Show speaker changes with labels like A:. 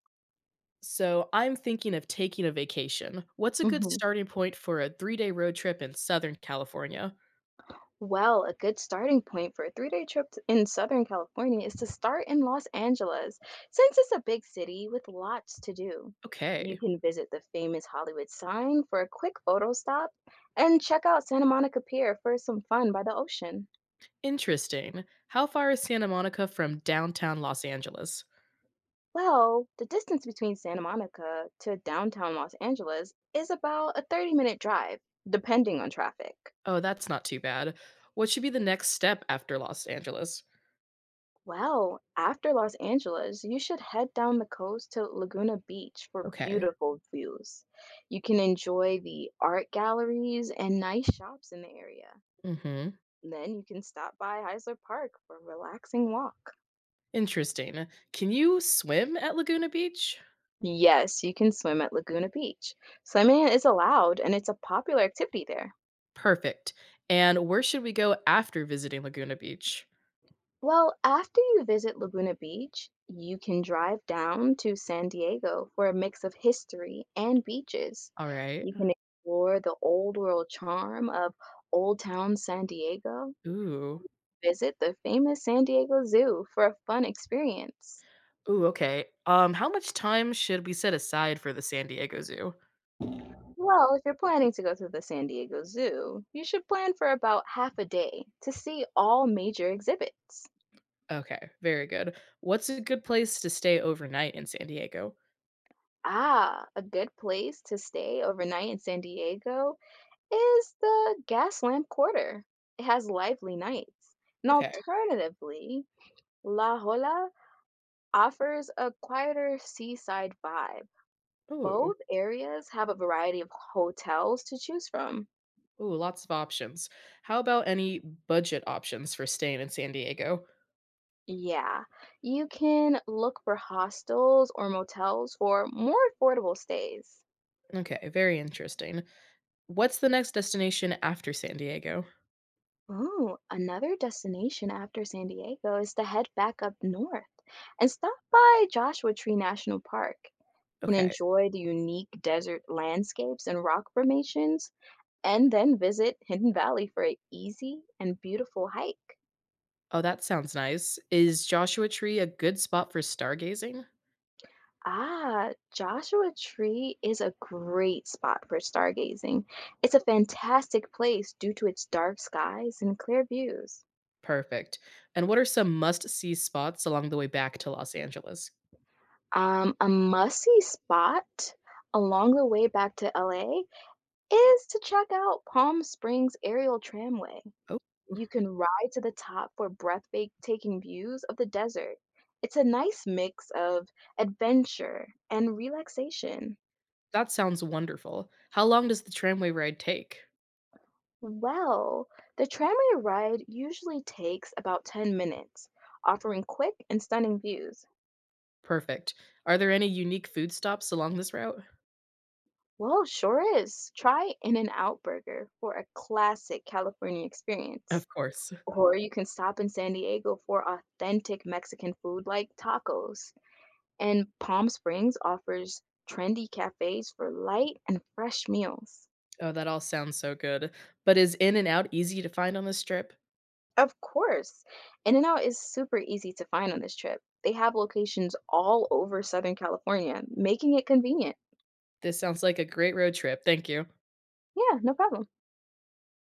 A: So I'm thinking of taking a vacation. What's a good
B: hmm
A: starting point for a 3 day road trip in Southern California?
B: Well, a good starting point for a 3 day in Southern California is to start in Los Angeles, since it's a big city with lots to do. You
A: Okay.
B: can visit the famous Hollywood sign for a quick photo stop and check out Santa Monica Pier for some fun by the ocean.
A: Interesting. How far is Santa Monica from downtown Los Angeles?
B: Well, the distance between Santa Monica to downtown Los Angeles is about a 30-minute drive, depending on traffic.
A: Oh, that's not too bad. What should be the next step after Los Angeles?
B: Well, after Los Angeles, you should head down the coast to Laguna Beach for
A: Okay.
B: beautiful views. You can enjoy the art galleries and nice shops in the area.
A: Mm-hmm.
B: Then you can stop by Heisler Park for a relaxing walk.
A: Interesting. Can you swim at Laguna Beach?
B: Yes, you can swim at Laguna Beach. Swimming is allowed and it's a popular activity there.
A: Perfect. And where should we go after visiting Laguna Beach?
B: Well, after you visit Laguna Beach, you can drive down to San Diego for a mix of history and beaches.
A: All right.
B: You can explore the old world charm of Old Town San Diego,
A: Ooh.
B: visit the famous San Diego Zoo for a fun experience.
A: Ooh, okay. How much time should we set aside for the San Diego Zoo?
B: Well, if you're planning to go to the San Diego Zoo, you should plan for about half a day to see all major exhibits.
A: Okay, very good. What's a good place to stay overnight in San Diego?
B: Ah, a good place to stay overnight in San Diego is the gas lamp quarter. It has lively nights. And
A: Okay.
B: alternatively, La Jolla offers a quieter seaside vibe.
A: Ooh,
B: Both areas have a variety of hotels to choose from.
A: ooh, lots of options. How about any budget options for staying in San Diego?
B: Yeah, you can look for hostels or motels for more affordable stays.
A: Okay, very interesting. What's the next destination after San Diego?
B: Ooh, another destination after San Diego is to head back up north and stop by Joshua Tree National Park. Can
A: Okay.
B: enjoy the unique desert landscapes and rock formations, and then visit Hidden Valley for an easy and beautiful hike.
A: Oh, that sounds nice. Is Joshua Tree a good spot for stargazing?
B: Ah, Joshua Tree is a great spot for stargazing. It's a fantastic place due to its dark skies and clear views.
A: Perfect. And what are some must-see spots along the way back to Los Angeles?
B: A must-see spot along the way back to LA is to check out Palm Springs Aerial Tramway.
A: Oh,
B: You can ride to the top for breathtaking views of the desert. It's a nice mix of adventure and relaxation.
A: that sounds wonderful. How long does the tramway ride take?
B: Well, the tramway ride usually takes about 10 minutes, offering quick and stunning views.
A: Perfect. Are there any unique food stops along this route?
B: Well, sure is. Try In N Out Burger for a classic California experience.
A: Of course.
B: Or you can stop in San Diego for authentic Mexican food like tacos. And Palm Springs offers trendy cafes for light and fresh meals.
A: Oh, that all sounds so good. But is In and Out easy to find on this trip?
B: Of course, In-N-Out is super easy to find on this trip. They have locations all over Southern California, making it convenient.
A: This sounds like a great road trip. Thank you.
B: Yeah, no problem.